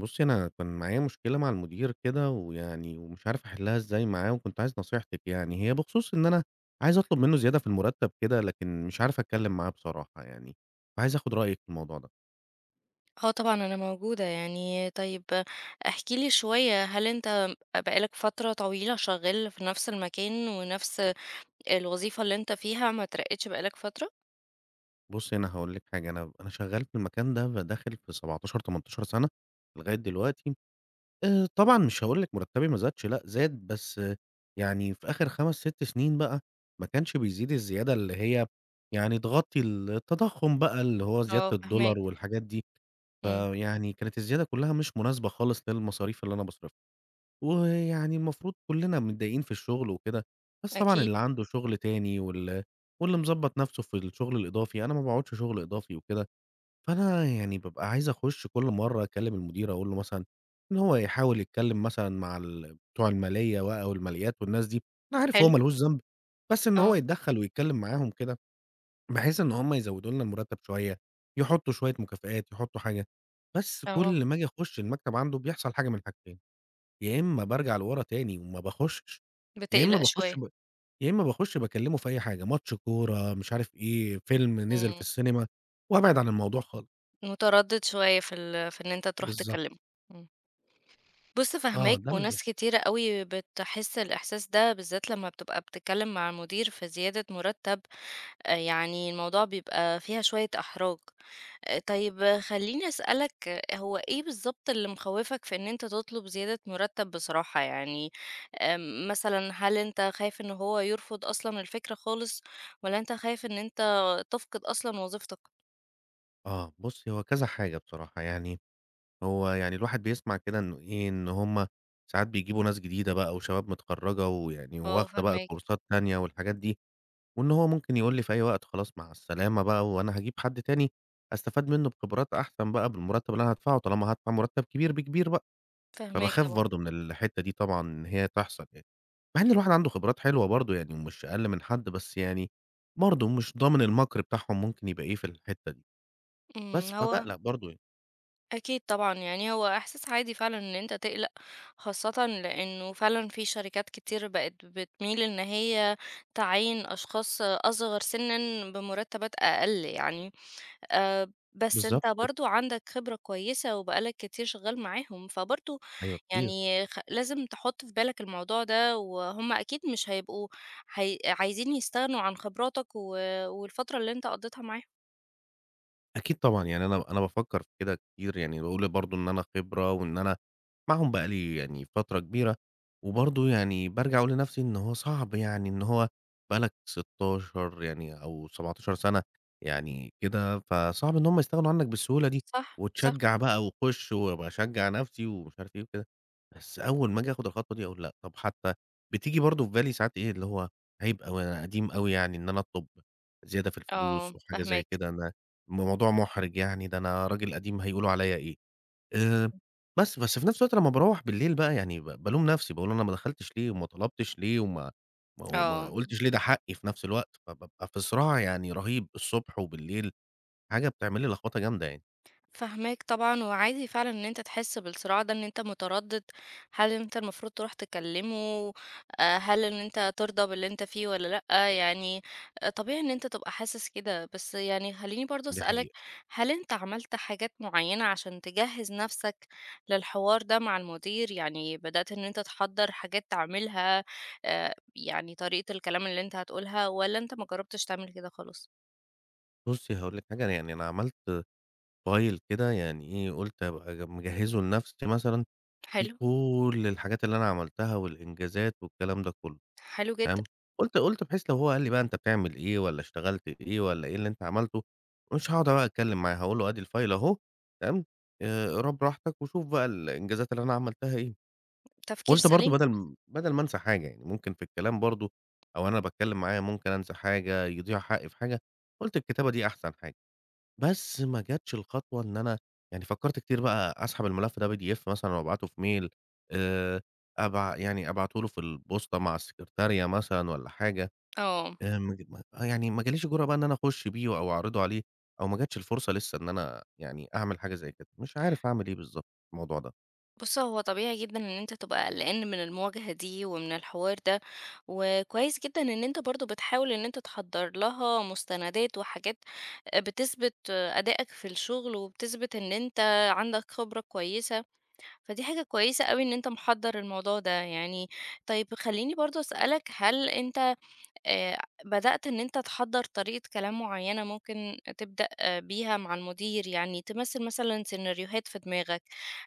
بُصّي، أنا كان معايا مشكلة مع المدير كده ويعني ومش عارف أحلّها إزاي معاه وكنت عايز نصيحتِك يعني، هي بخصوص إن أنا عايز أطلب منّه زيادة في المُرتّب كده لكن مش عارف أتكلّم معاه بصراحة يعني، فعايز آخُد رأيِك في الموضوع ده. آه، طبعًا أنا موجودة طيب احكِ لي شوية، هل أنت بقى لك فترة طويلة شغّال في نفس المكان ونفس الوظيفة اللي أنت فيها ما اترقيتش بقى لك فترة؟ بُصّي، أنا هاقول لِك حاجة، أنا شغّال في المكان ده داخل في 17، 18 سَنة لغاية دلوقتي. طبعًا مش هاقول لِك مرتّبي ما زادش لأ زاد، بس يعني في آخر 5، 6 سنين بقى ما كانش بيزيد الزيادة اللي هي يعني تغطّي التضخُّم بقى اللي هو زيادة آه، فاهماك. الدولار والحاجات دي، إمم، فيعني كانت الزيادة كُلّها مش مناسبة خالص للمصاريف اللي أنا باصرفها، ويعني المفروض كُلّنا متضايقين في الشغل وكده، بس طبعًا أكيد. اللي عنده شغل تاني واللي مضبّط نَفْسه في الشغل الإضافي، أنا ما باقعُدش شغل إضافي وكده، فأنا يعني بابقى عايز أخُش كل مرّة أكلّم المدير أقول له مثلًا إن هو يحاول يتكلّم مثلًا مع بتوع المالية بقى والماليات والناس دي، أنا عارف هو حلو. ما لهوش ذنب، بس إن هو آه. يتدخّل ويتكلّم معاهم كده، بحيث إن هم يزوّدوا لنا المُرتّب شوية، يحطّوا شوية مكافآت، يحطّوا حاجة، بس آه. كل ما آجي أخُش المكتب عنده بيحصل حاجة من حاجتين، يا إمّا بارجع لورا تاني وما باخُشش، يا إمّا بتقلق شوية. باخُش ب يا إمّا باخُش باكلّمه في أي حاجة، ماتش كورة، مش عارف إيه، فيلم نزل في إمم، السينما وأبعد عن الموضوع خالص. متردد شوية في إن أنت تروح تكلمه. بالضبط. إمم، بُص، آه، فاهماك، ده اللي بيح وناس كتيرة أوي بتحس الإحساس ده بالذات لمّا بتبقى بتتكلم مع المدير في زيادة مرتب. يعني الموضوع بيبقى فيها شوية إحراج. طيب خلّيني أسألك، هو إيه بالضبط اللي مخوّفك في إن أنت تطلب زيادة مرتّب بصراحة؟ يعني مثلًا هل أنت خايف إن هو يرفض أصلًا الفكرة خالص، والّا أنت خايف إن أنت تفقد أصلًا وظيفتك؟ آه، بُصّي هو كذا حاجة بصراحة، يعني هو يعني الواحد بيسمع كده إنه إيه، إن هم ساعات بيجيبوا ناس جديدة بقى وشباب متخرّجة ويعني آه، واخدة بقى فاهماك. كورسات تانية والحاجات دي، وإن هو ممكن يقول لي في أي وقت خلاص مع السلامة بقى وأنا هاجيب حد تاني أستفاد منّه بخبرات أحسن بقى بالمرتّب اللي أنا هادفعه، طالما هادفع مرتّب كبير بكبير بقى، فاهماك فباخاف طبعًا. برضه من الحتّة دي طبعًا إن هي تحصل يعني، مع إن الواحد عنده خبرات حلوة برضه يعني ومش أقل من حد، بس يعني برضه مش ضامن المَكْر بتاعهم ممكن يبقى إيه في الحتّة دي. بس، إمم، هو فباقلق برضه يعني. أكيد طبعًا. يعني هو إحساس عادي فعلًا إن أنت تقلق، خاصةً لإنه فعلًا في شركات كتير بقت بتميل إن هي تعيّن أشخاص أصغر سنًا بمرتبات أقل يعني. آآ، بس أنت بالضبط كده، برضه عندك خبرة كويسة وبقى لك كتير شغال معاهم، فبرضه أيوه كتير. يعني لازم تحُط في بالك الموضوع ده، وهُم أكيد مش هيبقوا عايزين يستغنوا عن خبراتك و والفترة اللي أنت قضيتها معاهم. أكيد طبعًا، يعني أنا بافكّر في كده كتير، يعني باقول برضه إن أنا خبرة وإن أنا معاهم بقى لي يعني فترة كبيرة، وبرضه يعني بارجع أقول لنفْسي إن هو صعب يعني إن هو بقى لك 16 يعني أو 17 سَنة يعني كده، فصعب إن هُم يستغنوا عنك بالسهولة دي، صح، صح. وتشجّع بقى وخُش وباشجّع نفْسي ومش عارف إيه وكده، بس أول ما آجي آخُد الخطوة دي أقول لأ، طَب حتى بتيجي برضه في بالي ساعات إيه، اللي هو عيب أوي أنا قديم أوي يعني إن أنا أطلب زيادة في الفلوس آه، وحاجة زي فاهماك. كده أنا موضوع مُحرِج يعني، ده أنا راجل قديم هيقولوا عليّا إيه. آآ بس في نفس الوقت لمّا باروّح بالليل بقى يعني بالوم نفسي، باقول أنا ما دخلتش ليه وما طلبتش ليه وما ما ما آه. قُلتش ليه ده حقي في نفس الوقت، فبابقى في صراع يعني رهيب الصبح وبالليل، حاجة بتعمل لي لخبطة جامدة يعني، فاهماك طبعًا، وعادي فعلًا إن أنت تحس بالصراع ده، إن أنت متردد، هل أنت المفروض تروح تكلمه، هل إن أنت ترضى باللي أنت فيه والّا لأ؟ يعني آه، طبيعي إن أنت تبقى حاسس كده. بس يعني خلّيني برضه دي أسألك، حقيقة. هل أنت عملت حاجات معينة عشان تجهّز نفسك للحوار ده مع المدير؟ يعني بدأت إن أنت تحضّر حاجات تعملها، يعني طريقة الكلام اللي أنت هتقولها، والّا أنت ما جرّبتش تعمل كده خالص؟ بُصّي هاقول لِك حاجة، أنا يعني أنا عملت file كده يعني إيه، قُلت أبقى مجهّزه لنفسي مثلًا فيه حلو. كل الحاجات اللي أنا عملتها والإنجازات والكلام ده كُلّه. حلو جدًا. تمام، قُلت بحيث لو هو قال لي بقى أنت بتعمل إيه والّا اشتغلت إيه والّا إيه اللي أنت عملته، مش هاقعد بقى أتكلّم معاه، هاقول له آدي الfile أهو تمام، اقراه براحتك وشوف بقى الإنجازات اللي أنا عملتها إيه، تفكير قُلت برضه سليم. بدل ما أنسى حاجة يعني ممكن في الكلام برضه أو أنا باتكلّم معاه ممكن أنسى حاجة، يضيع حقي في حاجة، قُلت الكتابة دي أحسن حاجة، بس ما جاتش الخطوة إن أنا يعني فكّرت كتير بقى أسحب الملف ده PDF مثلًا وأبعته في mail آآ أبع يعني أبعته له في البوسطة مع السكرتارية مثلًا والّا حاجة. آه. ما ج ما آه، يعني ما جاليش الجرأة بقى إن أنا أخُش بيه أو أعرضه عليه أو ما جاتش الفرصة لسه إن أنا يعني أعمل حاجة زي كده، مش عارف أعمل إيه بالضبط في الموضوع ده. بُص، هو طبيعي جدًا إن أنت تبقى قلقان من المواجهة دي ومن الحوار ده، وكويس جدًا إن أنت برضه بتحاول إن أنت تحضّر لها مستندات وحاجات بتثبت أدائك في الشغل، وبتثبت إن أنت عندك خبرة كويسة. فدي حاجة كويسة أوي إن أنت محضّر الموضوع ده يعني. طيب خلّيني برضه أسألك، هل أنت بدأت إن أنت تحضّر طريقة كلام معيّنة ممكن تبدأ آه، بيها مع المدير؟ يعني تمثّل مثلًا سيناريوهات في دماغك،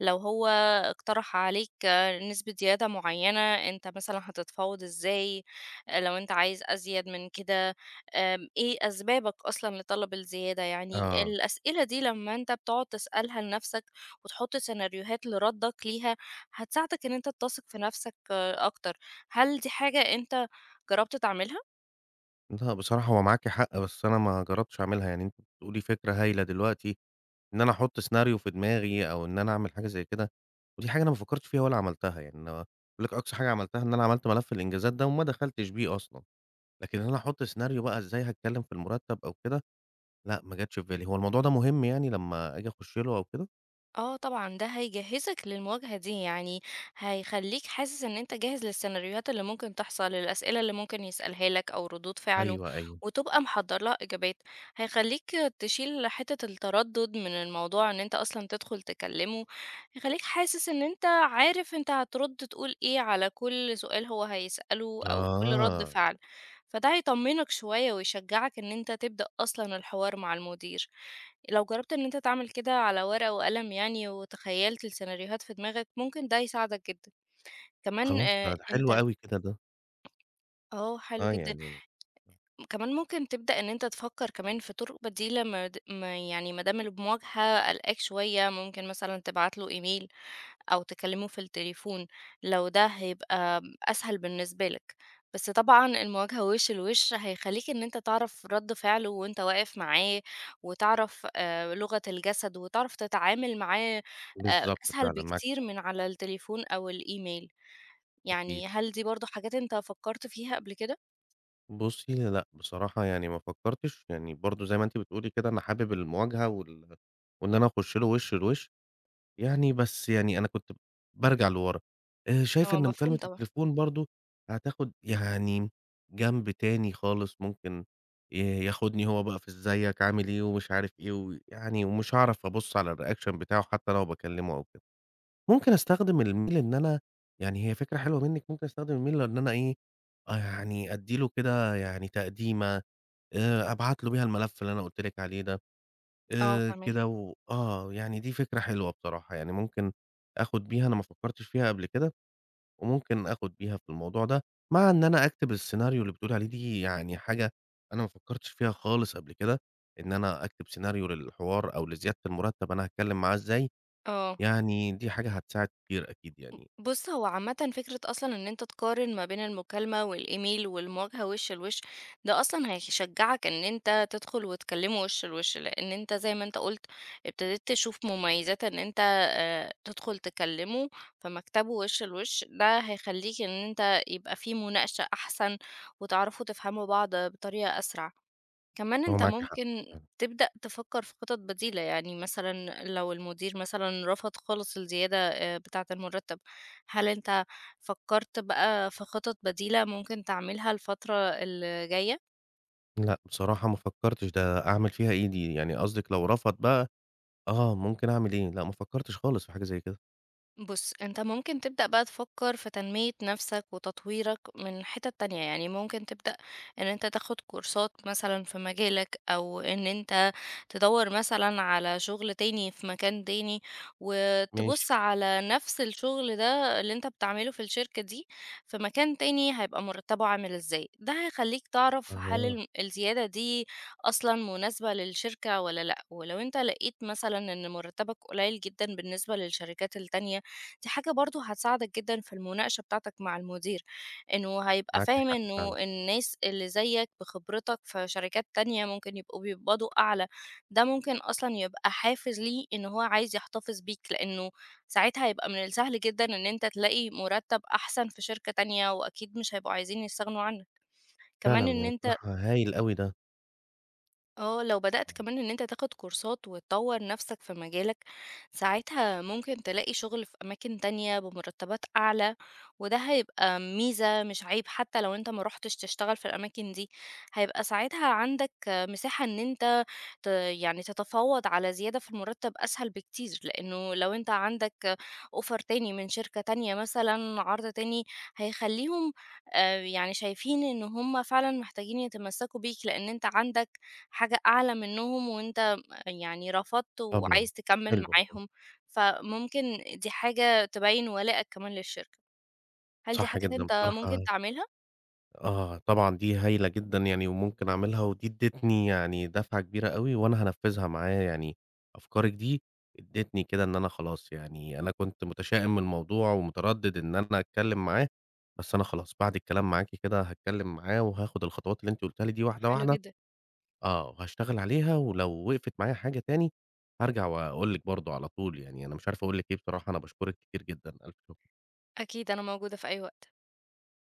لو هو اقترح عليك آه، نسبة زيادة معيّنة، أنت مثلًا هتتفاوض إزاي، آه، لو أنت عايز أزيد من كده، إيه أسبابك أصلًا لطلب الزيادة. يعني آه. الأسئلة دي لمّا أنت بتقعد تسألها لنفْسك وتحط سيناريوهات لردّك ليها، هتساعدك إن أنت تثق في نفْسك آه، أكتر. هل دي حاجة أنت جرّبت تعملها؟ لأ، بصراحة هو معاكِ حق، بس أنا ما جرّبتش أعملها، يعني أنتِ بتقولي فكرة هايلة دلوقتي إن أنا أحُط سيناريو في دماغي أو إن أنا أعمل حاجة زي كده، ودي حاجة أنا ما فكّرتش فيها ولا عملتها، يعني أنا باقول لِك أقصى حاجة عملتها إن أنا عملت ملف الإنجازات ده وما دخلتش بيه أصلًا، لكن إن أنا أحُط سيناريو بقى إزاي هاتكلّم في المرتّب أو كده، لأ، ما جاتش في بالي. هو الموضوع ده مهم يعني لمّا آجي أخُش له أو كده؟ آه، طبعًا، ده هيجهّزك للمواجهة دي. يعني هيخلّيك حاسس إن أنت جاهز للسيناريوهات اللي ممكن تحصل، الأسئلة اللي ممكن يسألها لك أو ردود فعله، أيوه، أيوه. وتبقى محضّر لها إجابات. هيخلّيك تشيل حتّة التردُّد من الموضوع إن أنت أصلًا تدخل تكلّمه، هيخلّيك حاسس إن أنت عارف أنت هترُد تقول إيه على كل سؤال هو هيسأله أو كل رَد آه، فعل. فده هيطمّنك شوية ويشجّعك إن أنت تبدأ أصلًا الحوار مع المدير. لو جربت إن أنت تعمل كده على ورقة وقلم يعني وتخيلت السيناريوهات في دماغك، ممكن ده يساعدك جدًا. كمان خلاص ده ده حلو أنت أوي كده ده، آه، حلو آه جدًا. يعني كمان ممكن تبدأ إن أنت تفكر كمان في طرق بديلة ما د- ما- يعني ما دام المواجهة قلقاك شوية، ممكن مثلا تبعت له إيميل أو تكلمه في التليفون لو ده هيبقى أسهل بالنسبة لك. بس طبعا المواجهة وش الوش هيخليك إن أنت تعرف رد فعله وأنت واقف معاه، وتعرف آه، لغة الجسد وتعرف تتعامل معاه آه، بالضبط أسهل فعلًا معاكِ بكتير حق من على التليفون أو الإيميل. أكيد. يعني هل دي برضو حاجات أنت فكرت فيها قبل كده؟ بُصّي لأ، بصراحة يعني ما فكّرتش، يعني برضه زي ما أنتِ بتقولي كده أنا حابب المواجهة وإن أنا أخُش له وِش لوِش، يعني بس يعني أنا كنت بارجع لورا، شايف اه، إن مفهوم مكالمة طبعا. التليفون برضه هتاخُد يعني جنب تاني خالص ممكن ي ياخُدني هو بقى في إزيك، عامل إيه، ومش عارف إيه، ويعني ومش هاعرف أبُص على الreaction بتاعه حتّى لو باكلّمه أو ممكن أستخدم الmail إن أنا يعني هي فكرة حلوة منِّك، ممكن أستخدم الmail إن أنا إيه، آه يعني أدّي له كده يعني تقديمة، أبعت له بيها الملف اللي أنا قُلت لِك عليه ده، اه، فاهمك. كده و آه، يعني دي فكرة حلوة بصراحة، يعني ممكن آخُد بيها أنا ما فكّرتش فيها قبل كده، وممكن آخُد بيها في الموضوع ده، مع إن أنا أكتب السيناريو اللي بتقولي عليه دي يعني حاجة أنا ما فكّرتش فيها خالص قبل كده، إن أنا أكتب سيناريو للحوار أو لزيادة المُرتّب أنا هاتكلّم معاه إزاي، اه، يعني دي حاجة هتساعد كتير أكيد يعني. بص هو عامة فكرة أصلا إن أنت تقارن ما بين المكالمة والإيميل والمواجهة وش لوش، ده أصلا هيشجعك إن أنت تدخل وتكلمه وش لوش، لأن أنت زي ما أنت قلت ابتديت تشوف مميزات إن أنت آه، تدخل تكلمه في مكتبه وش لوش. ده هيخليك إن أنت يبقى فيه مناقشة أحسن وتعرفوا تفهموا بعض بطريقة أسرع. كمان هو أنت معاكِ حق ممكن فعلًا. تبدأ تفكر في خطط بديلة، يعني مثلًا لو المدير مثلًا رفض خالص الزيادة بتاعة المرتب. هل أنت فكرت بقى في خطط بديلة ممكن تعملها الفترة اللي جاية؟ لأ، بصراحة ما فكّرتش ده أعمل فيها إيه دي، يعني قصدِك لو رفض بقى آه، ممكن أعمل إيه، لأ ما فكّرتش خالص في حاجة زي كده، بُص، أنت ممكن تبدأ بقى تفكّر في تنمية نَفْسك وتطويرك من حِتَت تانية. يعني ممكن تبدأ إن أنت تاخُد كورسات مثلًا في مجالك، أو إن أنت تدوّر مثلًا على شُغل تاني في مكان تاني، ماشي، وتبُص على نَفْس الشُغل ده اللي أنت بتعمله في الشركة دي في مكان تاني هيبقى مُرتّبه عامل إزاي. ده هيخلّيك تعرف هل أها، الزيادة دي أصلًا مناسبة للشركة والّا لأ. ولو أنت لقيت مثلًا إن مُرتّبك قليّل جدًا بالنسبة للشركات التانية، دي حاجة برضه هتساعدك جدًا في المناقشة بتاعتك مع المدير، إنه هيبقى معاكِ فاهم حق إنه فعلًا، الناس اللي زيك بخبرتك في شركات تانية ممكن يبقوا بيقبضوا أعلى. ده ممكن أصلًا يبقى حافز ليه إن هو عايز يحتفظ بيك، لإنه ساعتها هيبقى من السهل جدًا إن أنت تلاقي مُرتّب أحسن في شركة تانية، وأكيد مش هيبقوا عايزين يستغنوا عنك. كمان فعلًا إن يعني أنت بصراحة هايل أوي ده، آه، لو بدأت كمان إن أنت تاخد كورسات وتطور نفسك في مجالك، ساعتها ممكن تلاقي شغل في أماكن تانية بمرتبات أعلى. وده هيبقى ميزة مش عيب، حتى لو أنت ما رُحتش تشتغل في الأماكن دي، هيبقى ساعتها عندك مساحة إن أنت ت يعني تتفاوض على زيادة في المرتب أسهل بكتير، لإنه لو أنت عندك offer تاني من شركة تانية مثلًا، عرض تاني، هيخلّيهم يعني شايفين إن هُم فعلًا محتاجين يتمسكوا بيك، لإن أنت عندك حاجة أعلى منهم، وأنت يعني رفضت طبعًا، وعايز تكمل حلو آه، معاهم. فممكن دي حاجة تبين ولائك كمان للشركة. هل دي صح حاجات جدًا أنت بصراحة ممكن تعملها؟ آه، طبعًا دي هايلة جدًا يعني وممكن أعملها، ودي ادّتني يعني دفعة كبيرة أوي وأنا هانفّذها معاه يعني أفكارِك دي ادّتني كده إن أنا خلاص يعني أنا كنت متشائم من الموضوع ومتردد إن أنا أتكلّم معاه، بس أنا خلاص بعد الكلام معاكِ كده هاتكلّم معاه وهاخد الخطوات اللي أنتِ قُلتيها لي دي واحدة، حلو واحدة جدًا. آه، وهاشتغل عليها ولو وقفت معايا حاجة تاني هارجع وأقول لِك برضه على طول، يعني أنا مش عارف أقول لِك إيه بصراحة، أنا باشكرِك كتير جدًا، ألف شُكر. أكيد أنا موجودة في أي وقت.